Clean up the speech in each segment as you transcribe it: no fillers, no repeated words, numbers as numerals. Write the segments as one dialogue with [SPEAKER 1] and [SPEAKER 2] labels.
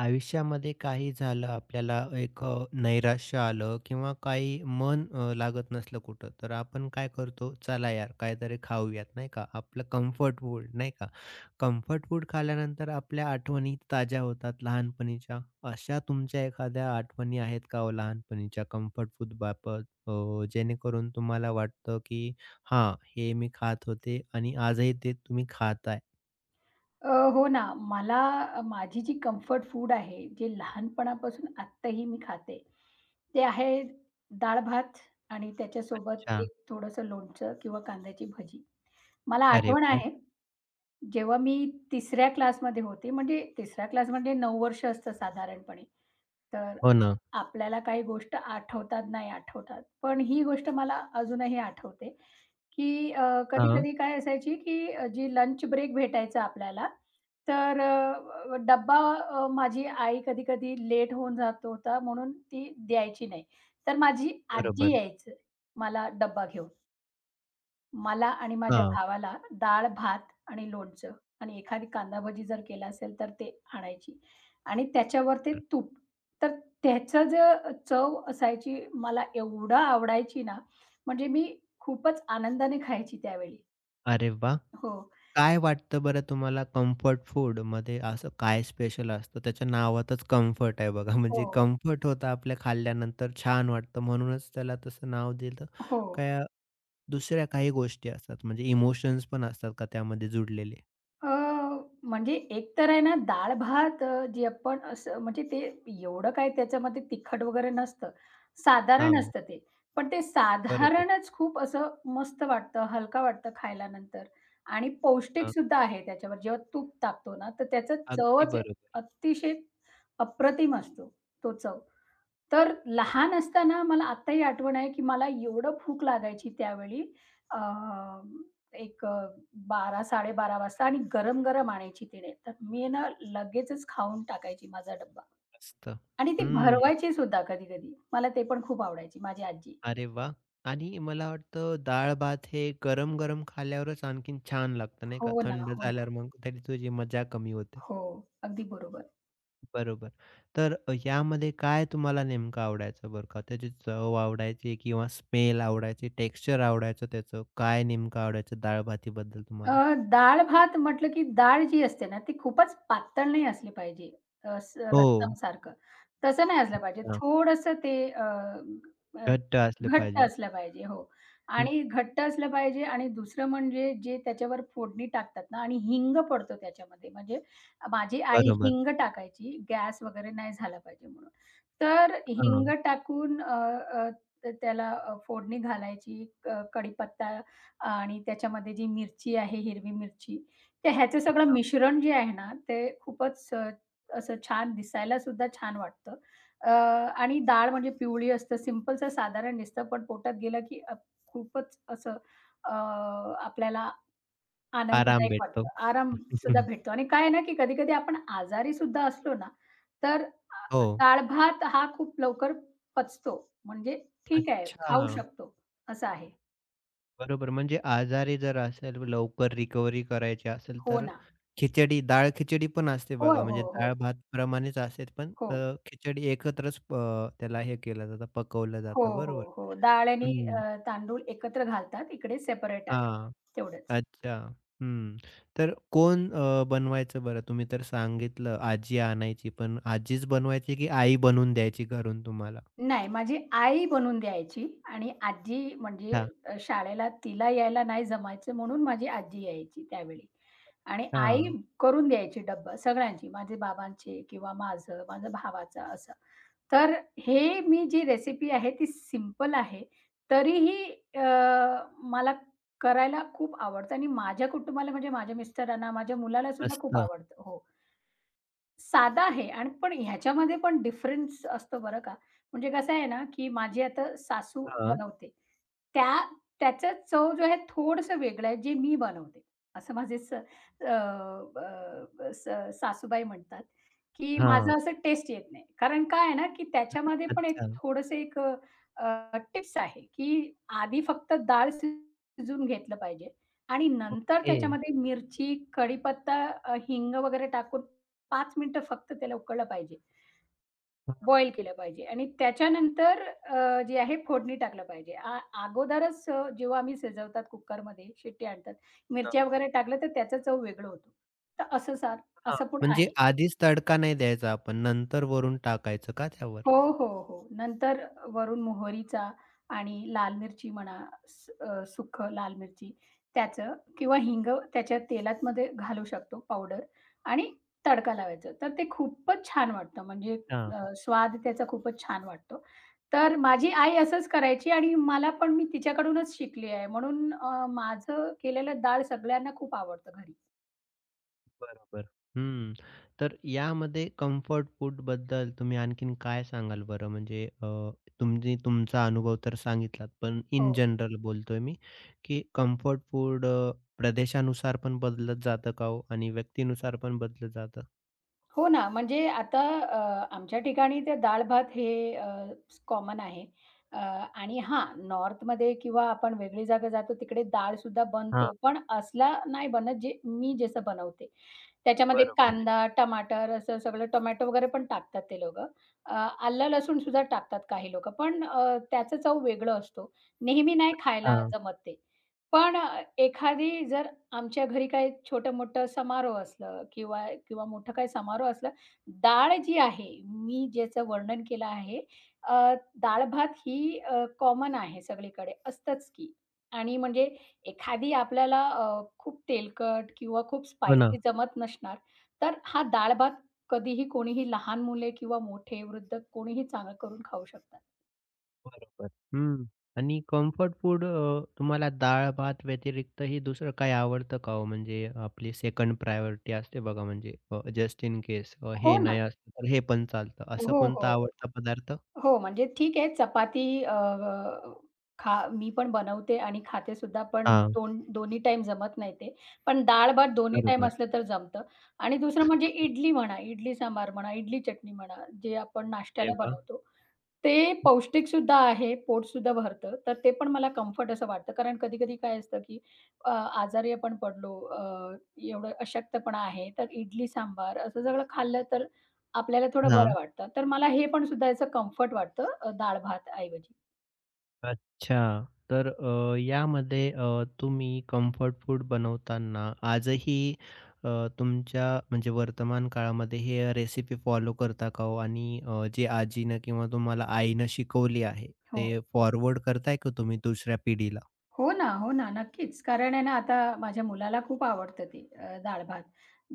[SPEAKER 1] आयुष्यामध्ये काही झालं आपल्याला एक नैराश्य आलं किंवा काही मन लागत नसलं कुठं तर आपण काय करतो चला यार काहीतरी खाऊयात नाही का आपलं कम्फर्ट फूड नाही का. कम्फर्ट फूड खाल्यानंतर आपल्या आठवणी ताज्या होतात लहानपणीच्या. अशा तुमच्या एखाद्या आठवणी आहेत का हो लहानपणीच्या कम्फर्ट फूड बाबत जेणेकरून तुम्हाला वाटतं की हा हे मी खात होते आणि आजही ते तुम्ही खाताय.
[SPEAKER 2] अ, हो ना. मला माझी जी कम्फर्ट फूड आहे, जे लहानपणापासून आत्ताही मी खाते, ते आहे डाळ-भात आणि त्याच्यासोबत
[SPEAKER 1] अच्छा.
[SPEAKER 2] एक थोडंसं लोणचं किंवा कांद्याची भजी. मला
[SPEAKER 1] अरे
[SPEAKER 2] आठवण
[SPEAKER 1] वा.
[SPEAKER 2] आहे, जेव्हा मी 3ऱ्या क्लासमध्ये होते, म्हणजे 3रा क्लास म्हणजे 9 वर्ष असतं साधारणपणे. तर
[SPEAKER 1] हो ना.
[SPEAKER 2] आपल्याला काही गोष्ट आठवतात, नाही आठवतात. पण ही गोष्ट मला अजूनही आठवते. की अ,
[SPEAKER 1] हा.
[SPEAKER 2] कधी-कधी काय असायची जी लंच ब्रेक भेटायचा आपल्याला, तर अ, डब्बा अ, माझी आई कधी-कधी लेट होऊन जात होता म्हणून ती द्यायची नाही. तर माझी आजी
[SPEAKER 1] बरोबर.
[SPEAKER 2] यायचं मला डब्बा घेऊन. मला आणि माझ्या
[SPEAKER 1] हा.
[SPEAKER 2] भावाला डाळ-भात आणि लोणचं आणि एखादी कांदा भजी जर केला असेल तर ते आणायची आणि त्याच्यावर ते तूप. तर त्याचं जे चव असायची मला एवढं आवडायची ना, म्हणजे मी खूपच आनंदाने खायची त्यावेळी.
[SPEAKER 1] अरे वाह!
[SPEAKER 2] हो,
[SPEAKER 1] काय वाटतं बरं तुम्हाला कम्फर्ट फूडमध्ये असं काय स्पेशल असतं? त्याच्या नावातच कम्फर्ट आहे बघा. म्हणजे
[SPEAKER 2] हो,
[SPEAKER 1] कम्फर्ट होतं आपल्या खाल्ल्यानंतर छान वाटतं म्हणूनच त्याला तसं नाव दिलं.
[SPEAKER 2] हो.
[SPEAKER 1] काय दुसऱ्या काही गोष्टी असतात म्हणजे इमोशन्स पण असतात का त्यामध्ये जुडलेले?
[SPEAKER 2] अ, म्हणजे एक तर आहे ना डाळ-भात जे आपण असं म्हणजे ते एवढं काय त्याच्यामध्ये तिखट वगैरे नसतं. साधारण
[SPEAKER 1] हां,
[SPEAKER 2] असतं ते. पण ते
[SPEAKER 1] बरोबर.
[SPEAKER 2] साधारणच खूप असं मस्त वाटतं, हलका वाटतं खायल्यानंतर आणि
[SPEAKER 1] हां,
[SPEAKER 2] पौष्टिकसुद्धा आहे त्याच्यावर. जेव्हा तूप टाकतो ना, तर त्याचा
[SPEAKER 1] अगदी
[SPEAKER 2] चवच
[SPEAKER 1] बरोबर
[SPEAKER 2] अतिशय अप्रतिम असतो, तो चव. तर लहान असताना मला आत्ताही आठवण आहे, की मला एवढं भूक लागायची त्यावेळी अ, एक 12:00-12:30 वाजता आणि गरम-गरम आणायची तिने. तर मी आहे ना लगेचच खाऊन टाकायची माझा डब्बा
[SPEAKER 1] असतं.
[SPEAKER 2] आणि ती
[SPEAKER 1] हं,
[SPEAKER 2] भरवायची सुद्धा कधी-कधी. मला ते पण खूप आवडायची माझी आजी.
[SPEAKER 1] अरे वाह! आणि मला वाटतं डाळ-भात हे गरम-गरम खाल्ल्यावरच आणखीन छान लागतं नाही का?
[SPEAKER 2] हो ना,
[SPEAKER 1] थंड
[SPEAKER 2] हो ना.
[SPEAKER 1] झाल्यावर मग तरी तुझी मजा कमी होते.
[SPEAKER 2] हो, अगदी बरोबर.
[SPEAKER 1] बरोबर. तर यामध्ये काय तुम्हाला नेमकं आवडायचं बरं का? त्याची चव आवडायची किंवा स्मेल आवडायची, टेक्स्चर आवडायचं त्याचं, काय नेमकं आवडायचं डाळ-भातीबद्दल
[SPEAKER 2] अ,
[SPEAKER 1] तुम्हाला?
[SPEAKER 2] डाळ-भात म्हटलं की डाळ जी असते ना, ती खूपच पातळ नाही असली पाहिजे. अ, स
[SPEAKER 1] हो.
[SPEAKER 2] रस्समसारखं. तसं नाही असलं पाहिजे.
[SPEAKER 1] अच्छा.
[SPEAKER 2] थोडंसं ते अ, अ,
[SPEAKER 1] घट्ट असले
[SPEAKER 2] घट्ट
[SPEAKER 1] पाहिजे.
[SPEAKER 2] असलं पाहिजे. हो.
[SPEAKER 1] हं.
[SPEAKER 2] आणि घट्ट असलं पाहिजे आणि दुसरं म्हणजे जे त्याच्यावर फोडणी टाकतात ना आणि हिंग पडतो त्याच्यामध्ये. म्हणजे माझी आई
[SPEAKER 1] बरोबर.
[SPEAKER 2] हिंग टाकायची, गॅस वगैरे नाही झाला पाहिजे म्हणून. तर हिंग
[SPEAKER 1] हां.
[SPEAKER 2] टाकून अ, अ, त्याला अ, फोडणी घालायची, कढीपत्ता आणि त्याच्यामध्ये जी मिरची आहे, हिरवी मिरची, तर ह्याचं सगळं मिश्रण जे आहे ना, ते खूपच असं छान दिसायला सुद्धा छान वाटतं. आणि डाळ म्हणजे पिवळी असतं, सिंपलचं साधारण दिसतं, पण पोटात गेलं की अ, खूपच असं अ, आपल्याला
[SPEAKER 1] आराम
[SPEAKER 2] आनंददायक
[SPEAKER 1] भेटतो.
[SPEAKER 2] वाटतं. आराम सुद्धा
[SPEAKER 1] हं,
[SPEAKER 2] भेटतो आणि काय आहे ना, की कधी-कधी आपण आजारी सुद्धा असलो ना, तर
[SPEAKER 1] हो.
[SPEAKER 2] डाळ-भात हा खूप लवकर पचतो. म्हणजे ठीक आहे,
[SPEAKER 1] अच्छा.
[SPEAKER 2] खाऊ शकतो असं आहे.
[SPEAKER 1] बरोबर. म्हणजे आजारी जर असेल, लवकर रिकव्हरी करायची असेल,
[SPEAKER 2] हो
[SPEAKER 1] तर
[SPEAKER 2] ना.
[SPEAKER 1] खिचडी, डाळ खिचडी पण असते
[SPEAKER 2] होय,
[SPEAKER 1] बघा.
[SPEAKER 2] हो,
[SPEAKER 1] म्हणजे
[SPEAKER 2] हो.
[SPEAKER 1] डाळ भात प्रमाणेच असते, पण
[SPEAKER 2] हो.
[SPEAKER 1] खिचडी एकत्रच त्याला हे केलं जातं, पकवलं
[SPEAKER 2] हो,
[SPEAKER 1] जातं. बरोबर.
[SPEAKER 2] हो, हो. डाळ आणि
[SPEAKER 1] हं.
[SPEAKER 2] तांदूळ एकत्र घालतात. इकडे सेपरेट आहे.
[SPEAKER 1] हां.
[SPEAKER 2] तेवढंच.
[SPEAKER 1] अच्छा. हं. तर कोण बनवायचं बरं? तुम्ही तर सांगितलं आजी आणायची, पण आजीच बनवायची की आई बनवून द्यायची घरून तुम्हाला?
[SPEAKER 2] नाही, माझी आई बनवून द्यायची आणि आजी म्हणजे
[SPEAKER 1] अच्छा.
[SPEAKER 2] शाळेला तिला यायला नाही जमायचं म्हणून माझी आजी यायची त्यावेळी आणि आई
[SPEAKER 1] हां.
[SPEAKER 2] करून द्यायची डब्बा सगळ्यांची, माझे बाबांचे किंवा माझं, माझ्या भावाचं असं. तर हे मी जी रेसिपी आहे ती सिंपल आहे. तरीही अ, मला करायला खूप आवडतं आणि माझ्या कुटुंबाला म्हणजे माझ्या मिस्टरांना, माझ्या मुलाला सुद्धा
[SPEAKER 1] मस्त.
[SPEAKER 2] खूप आवडतं. हो. साधा आहे आणि पण ह्याच्यामध्ये पण डिफरन्स असतो बरं का. म्हणजे कसं आहे ना, की माझी आता सासू
[SPEAKER 1] हां.
[SPEAKER 2] बनवते. त्या त्याचा चव जो आहे थोडंसं वेगळं आहे जे मी बनवते. असं माझे स अ, अ, स सासूबाई म्हणतात. की
[SPEAKER 1] हां.
[SPEAKER 2] माझं असं टेस्ट येत नाही. कारण काय आहे ना, की त्याच्यामध्ये पण एक
[SPEAKER 1] अच्छा.
[SPEAKER 2] थोडंसं एक टिप्स आहे, की आधी फक्त डाळ शिजवून घेतलं पाहिजे आणि नंतर
[SPEAKER 1] ओके.
[SPEAKER 2] त्याच्यामध्ये मिरची, कढीपत्ता, हिंग वगैरे टाकून पाच मिनिटं फक्त त्याला उकळलं पाहिजे.
[SPEAKER 1] हां.
[SPEAKER 2] बॉईल केलं पाहिजे आणि त्याच्यानंतर जे आहे फोडणी टाकलं पाहिजे. अगोदरच जेव्हा आम्ही शिजवतात कुकरमध्ये, शिट्टी आणतात, मिरच्या वगैरे टाकलं तर त्याचा चव वेगळं होतो. तर असं सार
[SPEAKER 1] हां,
[SPEAKER 2] असं पण
[SPEAKER 1] म्हणजे
[SPEAKER 2] आहे.
[SPEAKER 1] आधीच तडका नाही द्यायचा आपण, नंतर वरून टाकायचं का त्यावर?
[SPEAKER 2] हो, हो, हो. नंतर वरून मोहरीचा आणि लाल मिरची म्हणा, सुक्खं लाल मिरची त्याचं किंवा हिंग त्याच्या तेलामध्ये घालू शकतो पावडर आणि तडका लावायचा. तर ते खूपच छान वाटतं म्हणजे
[SPEAKER 1] हां,
[SPEAKER 2] स्वाद त्याचा खूपच छान वाटतो. तर माझी आई असंच करायची आणि मला पण मी तिच्याकडूनच शिकली आहे. म्हणून माझं केलेलं डाळ सगळ्यांना खूप आवडतं घरी.
[SPEAKER 1] बरोबर. हं. तर यामध्ये कम्फर्ट फूडबद्दल तुम्ही आणखीन काय सांगाल बरं? म्हणजे तुम्ही तुमचा अनुभव तर सांगितलात, पण इन
[SPEAKER 2] हो.
[SPEAKER 1] जनरल बोलतोय मी, की कम्फर्ट फूड प्रदेशानुसार पण बदलत जातं का हो? आणि व्यक्तीनुसार पण बदलत जातं?
[SPEAKER 2] हो ना, म्हणजे आता आमच्या ठिकाणी ते डाळ-भात हे कॉमन आहे. अ, आणि हां, नॉर्थमध्ये किंवा आपण वेगळी जागा जातो तिकडे डाळसुद्धा
[SPEAKER 1] हां,
[SPEAKER 2] बनतो, पण असला नाही बनत जे मी जसं बनवते. त्याच्यामध्ये
[SPEAKER 1] बरोबर आहे.
[SPEAKER 2] कांदा, टमाटर असं सगळं टोमॅटो वगैरे पण टाकतात ते लोकं. अ, आलं-लसूण सुद्धा टाकतात काही लोकं, पण त्याचं चव वेगळं असतो. नेहमी नाही खायला
[SPEAKER 1] हां,
[SPEAKER 2] जमत ते. पण एखादी जर आमच्या घरी काही छोटं-मोठं समारोह असलं किंवा किंवा मोठं काही समारोह असला, डाळ जी आहे, मी ज्याचं वर्णन केलं आहे, अ, डाळ-भात ही कॉमन आहे सगळीकडे असतंच की. आणि म्हणजे एखादी आपल्याला खूप तेलकट किंवा खूप
[SPEAKER 1] हो ना.
[SPEAKER 2] स्पायसी जमत नसणार, तर हा डाळ-भात कधीही कोणीही लहान मुले किंवा मोठे, वृद्ध कोणीही चांगलं करून खाऊ शकतात.
[SPEAKER 1] बरोबर. हं. आणि कम्फर्ट फूड तुम्हाला डाळ-भात व्यतिरिक्तही दुसरं काही आवडतं का हो? म्हणजे आपली सेकंड प्रायोरिटी असते बघा म्हणजे जस्ट इन केस
[SPEAKER 2] हो
[SPEAKER 1] हे
[SPEAKER 2] ना.
[SPEAKER 1] नाही असलं तर हे पण चालतं.
[SPEAKER 2] हो,
[SPEAKER 1] असं
[SPEAKER 2] हो,
[SPEAKER 1] कोणता
[SPEAKER 2] हो.
[SPEAKER 1] आवडता पदार्थ?
[SPEAKER 2] हो, म्हणजे ठीक आहे चपाती खा मी पण बनवते आणि खाते सुद्धा, पण
[SPEAKER 1] हां,
[SPEAKER 2] दोन्ही टाईम जमत नाही ते. पण डाळ-भात दोन्ही टाईम
[SPEAKER 1] बरोबर.
[SPEAKER 2] असलं तर जमतं आणि दुसरं म्हणजे इडली म्हणा, इडली सांबार म्हणा, इडली चटणी म्हणा, जे आपण
[SPEAKER 1] अरे
[SPEAKER 2] नाश्त्याला
[SPEAKER 1] वाह!
[SPEAKER 2] बनवतो, ते पौष्टिक सुद्धा आहे, पोट सुद्धा भरतं. तर ते पण मला कम्फर्ट असं वाटतं. कारण कधी-कधी काय असतं, की आजारी आपण पडलो, एवढं अशक्तपणा आहे, तर इडली सांबार असं सगळं खाल्लं तर आपल्याला थोडं बरं वाटतं. तर मला हे पण सुद्धा याचं कम्फर्ट वाटतं डाळ-भात ऐवजी.
[SPEAKER 1] अच्छा. तर यामध्ये तुम्ही कम्फर्ट फूड बनवताना आजही अ, तुमच्या म्हणजे वर्तमान काळामध्ये हे रेसिपी फॉलो करता का हो? आणि जे आजीनं किंवा तुम्हाला आईनं शिकवली आहे,
[SPEAKER 2] हो.
[SPEAKER 1] ते फॉरवर्ड करताय का तुम्ही दुसऱ्या पिढीला?
[SPEAKER 2] हो ना, हो ना. नक्कीच. कारण आहे ना, आता माझ्या मुलाला खूप आवडतं ते डाळ-भात.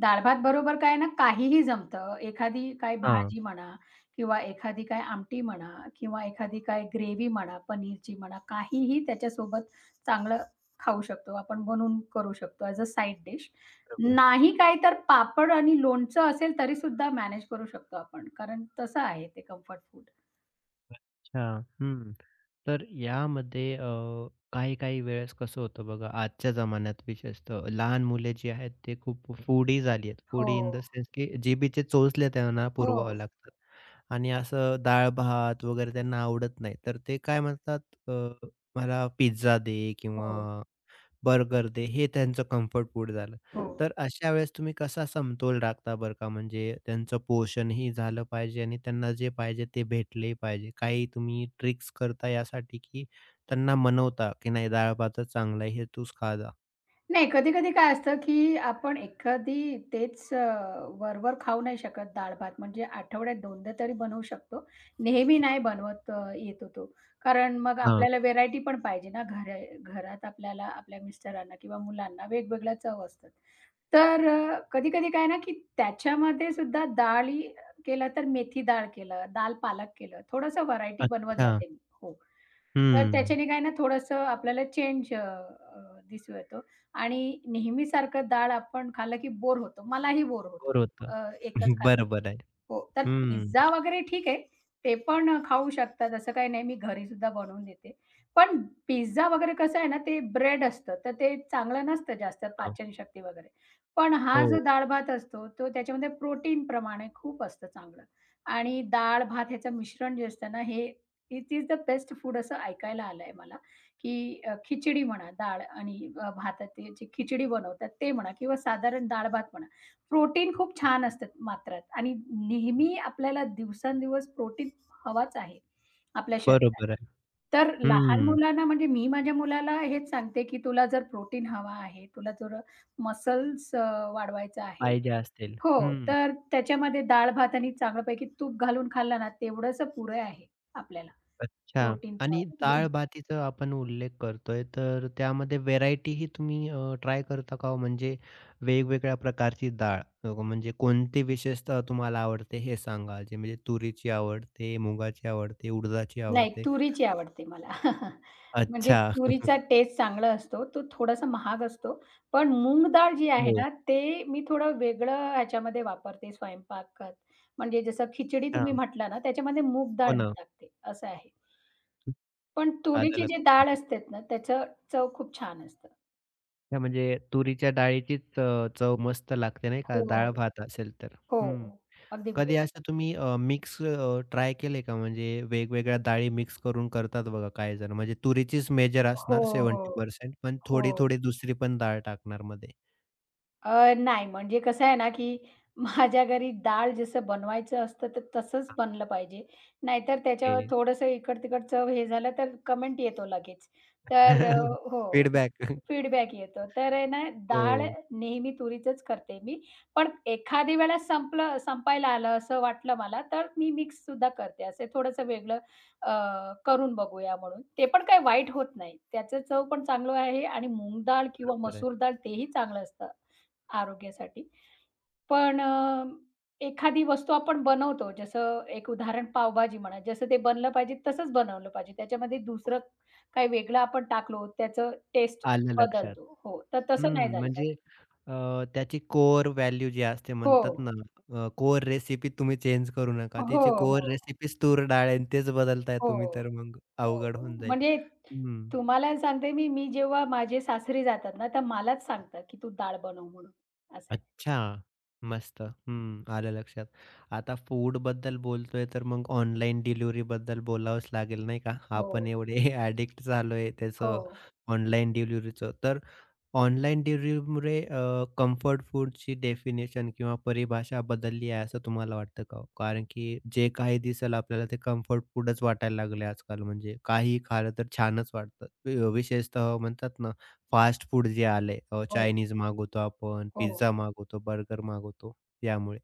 [SPEAKER 2] डाळ-भात बरोबर काय ना, काहीही जमतं. एखादी काय
[SPEAKER 1] हां,
[SPEAKER 2] भाजी म्हणा किंवा एखादी काय आमटी म्हणा किंवा एखादी काय ग्रेव्ही म्हणा, पनीरची म्हणा, काहीही त्याच्यासोबत चांगलं खाऊ शकतो. आपण बनवून करू शकतो ॲज अ साइड डिश.
[SPEAKER 1] बरोबर.
[SPEAKER 2] नाही काय तर पापड आणि लोणचं असेल तरीसुद्धा मॅनेज करू शकतो आपण. कारण तसं आहे ते कम्फर्ट फूड.
[SPEAKER 1] अच्छा. हं. तर यामध्ये काही-काही वेळेस कसं होतं बघा, आजच्या जमान्यात विशेषतः लहान मुले जी आहेत, ते खूप फूडी झाली आहेत.
[SPEAKER 2] हो.
[SPEAKER 1] फूडी इन द सेन्स की जिभेचे चोचले त्यांना
[SPEAKER 2] हो,
[SPEAKER 1] पुरवावे लागतात आणि असं डाळ-भात वगैरे त्यांना आवडत नाही. तर ते काय म्हणतात, अ, "मला पिझ्झा दे"
[SPEAKER 2] हो,
[SPEAKER 1] किंवा बर्गर दे, हे त्यांचं कम्फर्ट फूड झालं.
[SPEAKER 2] हो.
[SPEAKER 1] तर अशा वेळेस तुम्ही कसा समतोल राखता बरं का? म्हणजे त्यांचं पोषणही झालं पाहिजे आणि त्यांना जे पाहिजे ते भेटले पाहिजे. काही तुम्ही ट्रिक्स करता यासाठी, की त्यांना मनवता, की नाही डाळ-भातच चांगला आहे, हे तूच खा जा.
[SPEAKER 2] नाही, कधी-कधी काय असतं, की आपण एखादी तेच वर-वर खाऊ नाही शकत डाळ-भात. म्हणजे आठवड्यात 2दा तरी बनवू शकतो. नेहमी नाही
[SPEAKER 1] बरोबर.
[SPEAKER 2] बनवत अ, येतो तो. कारण मग
[SPEAKER 1] हां.
[SPEAKER 2] आपल्याला व्हेरायटी पण पाहिजे ना, घरात आपल्याला आपल्या मिस्टरांना किंवा मुलांना वेगवेगळ्या चव असतात. तर कधी-कधी काय ना, की त्याच्यामध्ये सुद्धा डाळी केलं तर मेथी डाळ केलं, दाल पालक केलं, थोडंसं व्हरायटी बनवत
[SPEAKER 1] अच्छा.
[SPEAKER 2] जाते मी. हो. तर
[SPEAKER 1] हं.
[SPEAKER 2] त्याच्याने काय ना थोडंसं आपल्याला चेंज अ, अ, दिसू येतो आणि नेहमीसारखं डाळ आपण खाल्लं की बोर होतो. मलाही बोर होतो
[SPEAKER 1] बरं होतं.
[SPEAKER 2] एकच खाल्लं तर.
[SPEAKER 1] बरोबर आहे.
[SPEAKER 2] हो. तर
[SPEAKER 1] हं.
[SPEAKER 2] पिझ्झा वगैरे ठीक आहे. ते पण खाऊ शकतात असं काही नाही. मी घरीसुद्धा बनवून देते. पण पिझ्झा वगैरे कसं आहे ना ते ब्रेड असतं, तर ते चांगलं नसतं जास्त
[SPEAKER 1] हां.
[SPEAKER 2] पाचनशक्ती वगैरे. पण हा
[SPEAKER 1] हो.
[SPEAKER 2] जो डाळ-भात असतो तो त्याच्यामध्ये प्रोटीन प्रमाण खूप असतं चांगलं आणि डाळ-भात ह्याचं मिश्रण जे असतं ना हे it is the best food असं ऐकायला आलंय मला, खिचडी म्हणा, डाळ आणि भाताची जी खिचडी बनवतात ते म्हणा किंवा साधारण डाळ-भात म्हणा. प्रोटीन खूप छान असतात मात्रात आणि नेहमी आपल्याला दिवसेंदिवस प्रोटीन हवाच आहे आपल्या शरीराला.
[SPEAKER 1] बरोबर आहे.
[SPEAKER 2] तर लहान
[SPEAKER 1] हं.
[SPEAKER 2] मुलांना म्हणजे मी माझ्या मुलाला हेच सांगते, की तुला जर प्रोटीन हवा आहे, तुला जर मसल्स वाढवायचं आहे
[SPEAKER 1] पाहिजे असतील.
[SPEAKER 2] हो,
[SPEAKER 1] हं.
[SPEAKER 2] तर त्याच्यामध्ये डाळ-भात आणि चांगल्यापैकी तूप घालून खाल्ला ना, तेवढंसं पुरे आहे आपल्याला.
[SPEAKER 1] अच्छा.
[SPEAKER 2] प्रोटीनचा
[SPEAKER 1] आणि
[SPEAKER 2] म्हणजे
[SPEAKER 1] डाळ-भातीचा आपण उल्लेख करतोय, तर त्यामध्ये व्हेरायटी ही तुम्ही ट्राय करता का हो? म्हणजे वेगवेगळ्या प्रकारची डाळ म्हणजे कोणती विशेषतः तुम्हाला आवडते हे सांगा? म्हणजे म्हणजे तुरीची आवडते, मुगाची आवडते, उडदाची
[SPEAKER 2] नाही
[SPEAKER 1] आवडते.
[SPEAKER 2] तुरीची आवडते मला. म्हणजे
[SPEAKER 1] अच्छा.
[SPEAKER 2] तुरीचा टेस्ट चांगला असतो. तो थोडासा महाग असतो. पण मूग डाळ जी आहे
[SPEAKER 1] हो.
[SPEAKER 2] ना, ते मी थोडं वेगळं ह्याच्यामध्ये वापरते स्वयंपाकात. म्हणजे जसं खिचडी तुम्ही
[SPEAKER 1] हां.
[SPEAKER 2] म्हटला ना, त्याच्यामध्ये मूग
[SPEAKER 1] हो
[SPEAKER 2] डाळ मी
[SPEAKER 1] ना.
[SPEAKER 2] टाकते, असं आहे. पण
[SPEAKER 1] आलं
[SPEAKER 2] तुरीची जी डाळ
[SPEAKER 1] लक्षामध्ये.
[SPEAKER 2] असते ना, त्याचं चव खूप छान असतं.
[SPEAKER 1] हां, म्हणजे तुरीच्या डाळीचीच चव मस्त लागते नाही का
[SPEAKER 2] हो,
[SPEAKER 1] डाळ-भात असेल तर. हं.
[SPEAKER 2] हो. अगदी
[SPEAKER 1] कधी
[SPEAKER 2] बरोबर.
[SPEAKER 1] असं तुम्ही मिक्स ट्राय केले का? म्हणजे वेगवेगळ्या डाळी मिक्स करून करतात बघा काही जण. म्हणजे तुरीचीच मेजर
[SPEAKER 2] हो,
[SPEAKER 1] असणार
[SPEAKER 2] हो,
[SPEAKER 1] 70% पण
[SPEAKER 2] हो.
[SPEAKER 1] थोडी-थोडी दुसरी पण डाळ टाकणार मध्ये.
[SPEAKER 2] नाही, म्हणजे कसं आहे ना, की माझ्या घरी डाळ जसं बनवायचं असतं, तर तसंच बनलं पाहिजे. नाहीतर त्याच्यावर
[SPEAKER 1] ओके.
[SPEAKER 2] थोडंसं इकड-तिकड चव हे झालं, तर कमेंट येतो लगेच. तर हो,
[SPEAKER 1] फीडबॅक.
[SPEAKER 2] फीडबॅक येतो. तर आहे ना, डाळ
[SPEAKER 1] हो,
[SPEAKER 2] नेहमी तुरीचंच करते मी. पण एखादी वेळा संपायला आलं असं वाटलं मला, तर मी मिक्ससुद्धा करते. असे थोडंसं वेगळं अ, करून बघूया म्हणून. ते पण काही वाईट होत नाही. त्याचं चव पण चांगलं आहे आणि मूग डाळ किंवा
[SPEAKER 1] बरोबर आहे.
[SPEAKER 2] मसूर डाळ तेही चांगलं असतं. आरोग्यासाठी. पण एखादी वस्तू आपण बनवतो, जसं एक उदाहरण पावभाजी म्हणा, जसं ते बनलं पाहिजे तसंच बनवलं पाहिजे. त्याच्यामध्ये दुसरं काही वेगळं आपण टाकलो, त्याचं टेस्ट
[SPEAKER 1] आलं लक्षात.
[SPEAKER 2] बदलतो. हो, तर तसं नाही
[SPEAKER 1] हं,
[SPEAKER 2] झालं पाहिजे.
[SPEAKER 1] म्हणजे अ, त्याची कोर व्हॅल्यू जी असते
[SPEAKER 2] हो,
[SPEAKER 1] म्हणतात ना, कोर रेसिपी तुम्ही चेंज करू नका.
[SPEAKER 2] हो,
[SPEAKER 1] तिची
[SPEAKER 2] हो,
[SPEAKER 1] कोर रेसिपीच तूर डाळ आहे आणि तेच बदलताय
[SPEAKER 2] हो,
[SPEAKER 1] तुम्ही
[SPEAKER 2] हो.
[SPEAKER 1] तर मग अवघड होऊन जाईल.
[SPEAKER 2] म्हणजे
[SPEAKER 1] हं.
[SPEAKER 2] तुम्हाला सांगते मी, मी जेव्हा माझे सासरी जातात ना, तर मलाच सांगतात, की "तू डाळ बनव" म्हणून असं आहे.
[SPEAKER 1] अच्छा. मस्त. हं. आलं लक्षात. आता फूडबद्दल बोलतोय तर मग ऑनलाईन डिलिव्हरीबद्दल बोलावंच लागेल नाही का?
[SPEAKER 2] हो,
[SPEAKER 1] आपण एवढे ॲडिक्ट झालोय
[SPEAKER 2] हो,
[SPEAKER 1] त्याचं ऑनलाईन डिलिव्हरीचं. तर ऑनलाईन डिलिव्हरीमुळे कम्फर्ट फूडची डेफिनेशन किंवा परिभाषा बदलली आहे असं तुम्हाला वाटतं का हो? कारण की जे काही दिसेल आपल्याला ते कम्फर्ट फूडच वाटायला लागले आजकाल म्हणजे काहीही खाल्लं तर छानच वाटतं. विशेषतः म्हणतात ना फास्ट फूड जे आलंय
[SPEAKER 2] हो,
[SPEAKER 1] चायनीज मागवतो आपण,
[SPEAKER 2] हो.
[SPEAKER 1] पिझ्झा मागवतो, बर्गर मागवतो यामुळे.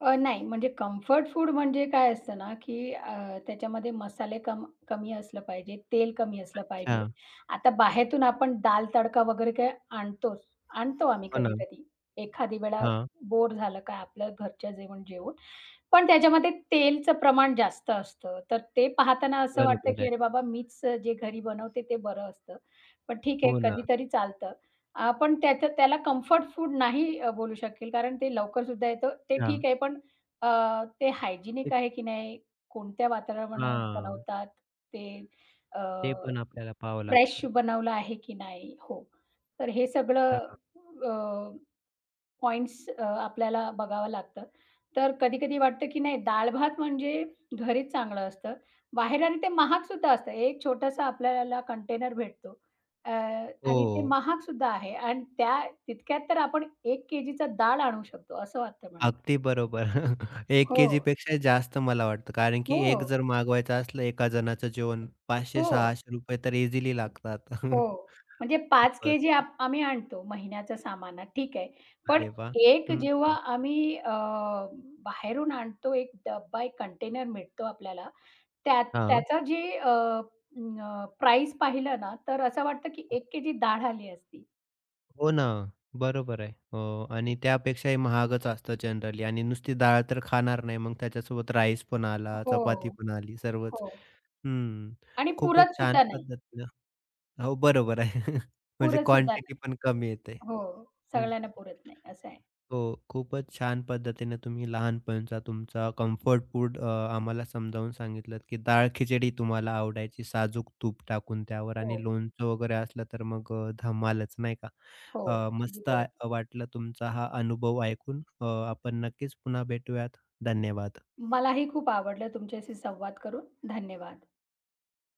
[SPEAKER 2] नाही, म्हणजे कम्फर्ट फूड म्हणजे काय असतं ना, की त्याच्यामध्ये मसाले कमी असलं पाहिजे, तेल कमी असलं
[SPEAKER 1] अच्छा.
[SPEAKER 2] पाहिजे. आता बाहेरून आपण दाल तडका वगैरे काय आणतोच, आणतो आम्ही
[SPEAKER 1] हो ना.
[SPEAKER 2] कधी-कधी. एखादी वेळा
[SPEAKER 1] हां.
[SPEAKER 2] बोर झालं का आपलं घरच्या जेवण जेवून. पण त्याच्यामध्ये तेलचं प्रमाण जास्त असतं. तर ते पाहताना असं वाटतं,
[SPEAKER 1] बरोबर
[SPEAKER 2] की
[SPEAKER 1] आहे.
[SPEAKER 2] अरे बाबा मीच जे घरी बनवते ते बरं असतं. पण ठीक आहे,
[SPEAKER 1] हो ना.
[SPEAKER 2] कधीतरी चालतं. आपण त्याचं त्याला कम्फर्ट फूड नाही बोलू शकेल कारण ते लवकर सुद्धा येतं. ते
[SPEAKER 1] हां.
[SPEAKER 2] ठीक आहे, पण ते हायजिनिक
[SPEAKER 1] एक
[SPEAKER 2] आहे की नाही? कोणत्या वातावरणात
[SPEAKER 1] हां.
[SPEAKER 2] बनवतात? ते अ,
[SPEAKER 1] ते पण आपल्याला पाहावं
[SPEAKER 2] फ्रेश
[SPEAKER 1] लागतं.
[SPEAKER 2] बनवलं आहे की नाही? हो. तर हे सगळं
[SPEAKER 1] हां.
[SPEAKER 2] पॉइंट्स आपल्याला बघावं लागतं. तर कधी-कधी वाटतं, की नाही डाळ-भात म्हणजे घरीच चांगलं असतं. बाहेर आणि ते महागसुद्धा असतं. एक छोटासा आपल्याला कंटेनर भेटतो अ, आणि ते
[SPEAKER 1] हो.
[SPEAKER 2] महागसुद्धा आहे आणि तितक्यात तर आपण 1 केजीचा डाळ आणू शकतो असं वाटतं मला.
[SPEAKER 1] अगदी बरोबर. 1
[SPEAKER 2] हो,
[SPEAKER 1] केजीपेक्षा जास्त मला वाटतं. कारण की
[SPEAKER 2] हो,
[SPEAKER 1] एक जर मागवायचं असलं एका जणाचं जेवण
[SPEAKER 2] हो.
[SPEAKER 1] ₹500-600 तर इझिली लागतात.
[SPEAKER 2] हो, म्हणजे 5 केजी
[SPEAKER 1] बरं.
[SPEAKER 2] आम्ही आणतो महिन्याचा सामान, हा, ठीक आहे. पण
[SPEAKER 1] अरे वाह!
[SPEAKER 2] एक
[SPEAKER 1] हं,
[SPEAKER 2] जेव्हा आम्ही अ, बाहेरून आणतो, एक डब्बा, एक कंटेनर मिळतो आपल्याला, त्या
[SPEAKER 1] हां.
[SPEAKER 2] त्याचा जे प्राइस पाहिलं ना, तर असं वाटतं की 1 केजी डाळ आली असती.
[SPEAKER 1] हो ना, बरोबर आहे. आणि त्यापेक्षाही महागच असतं जनरली आणि नुसती डाळ तर खाणार नाही, मग त्याच्यासोबत राईस पण आला, चपाती
[SPEAKER 2] हो,
[SPEAKER 1] पण आली, सर्वच.
[SPEAKER 2] हो.
[SPEAKER 1] हं,
[SPEAKER 2] आणि
[SPEAKER 1] खूपच छान पद्धतीनं. हो, बरोबर आहे. म्हणजे
[SPEAKER 2] पुरत सुद्धा
[SPEAKER 1] क्वांटिटी
[SPEAKER 2] नाही.
[SPEAKER 1] पण कमी येते.
[SPEAKER 2] हो,
[SPEAKER 1] हं,
[SPEAKER 2] सगळ्यांना पुरत नाही, असं आहे.
[SPEAKER 1] हो, खूपच छान पद्धतीने तुम्ही लहानपणचा तुमचा कम्फर्ट फूड आम्हाला समजावून सांगितलंत, की डाळ खिचडी तुम्हाला आवडायची, साजूक तूप टाकून त्यावर
[SPEAKER 2] हो,
[SPEAKER 1] आणि लोणचं वगैरे असलं तर मग धमालच, नाही का?
[SPEAKER 2] हो, अगदी
[SPEAKER 1] मस्त आ
[SPEAKER 2] बरोबर.
[SPEAKER 1] वाटलं तुमचा हा अनुभव ऐकून. आपण नक्कीच पुन्हा भेटूयात. धन्यवाद.
[SPEAKER 2] मलाही खूप आवडलं तुमच्याशी संवाद करून. धन्यवाद.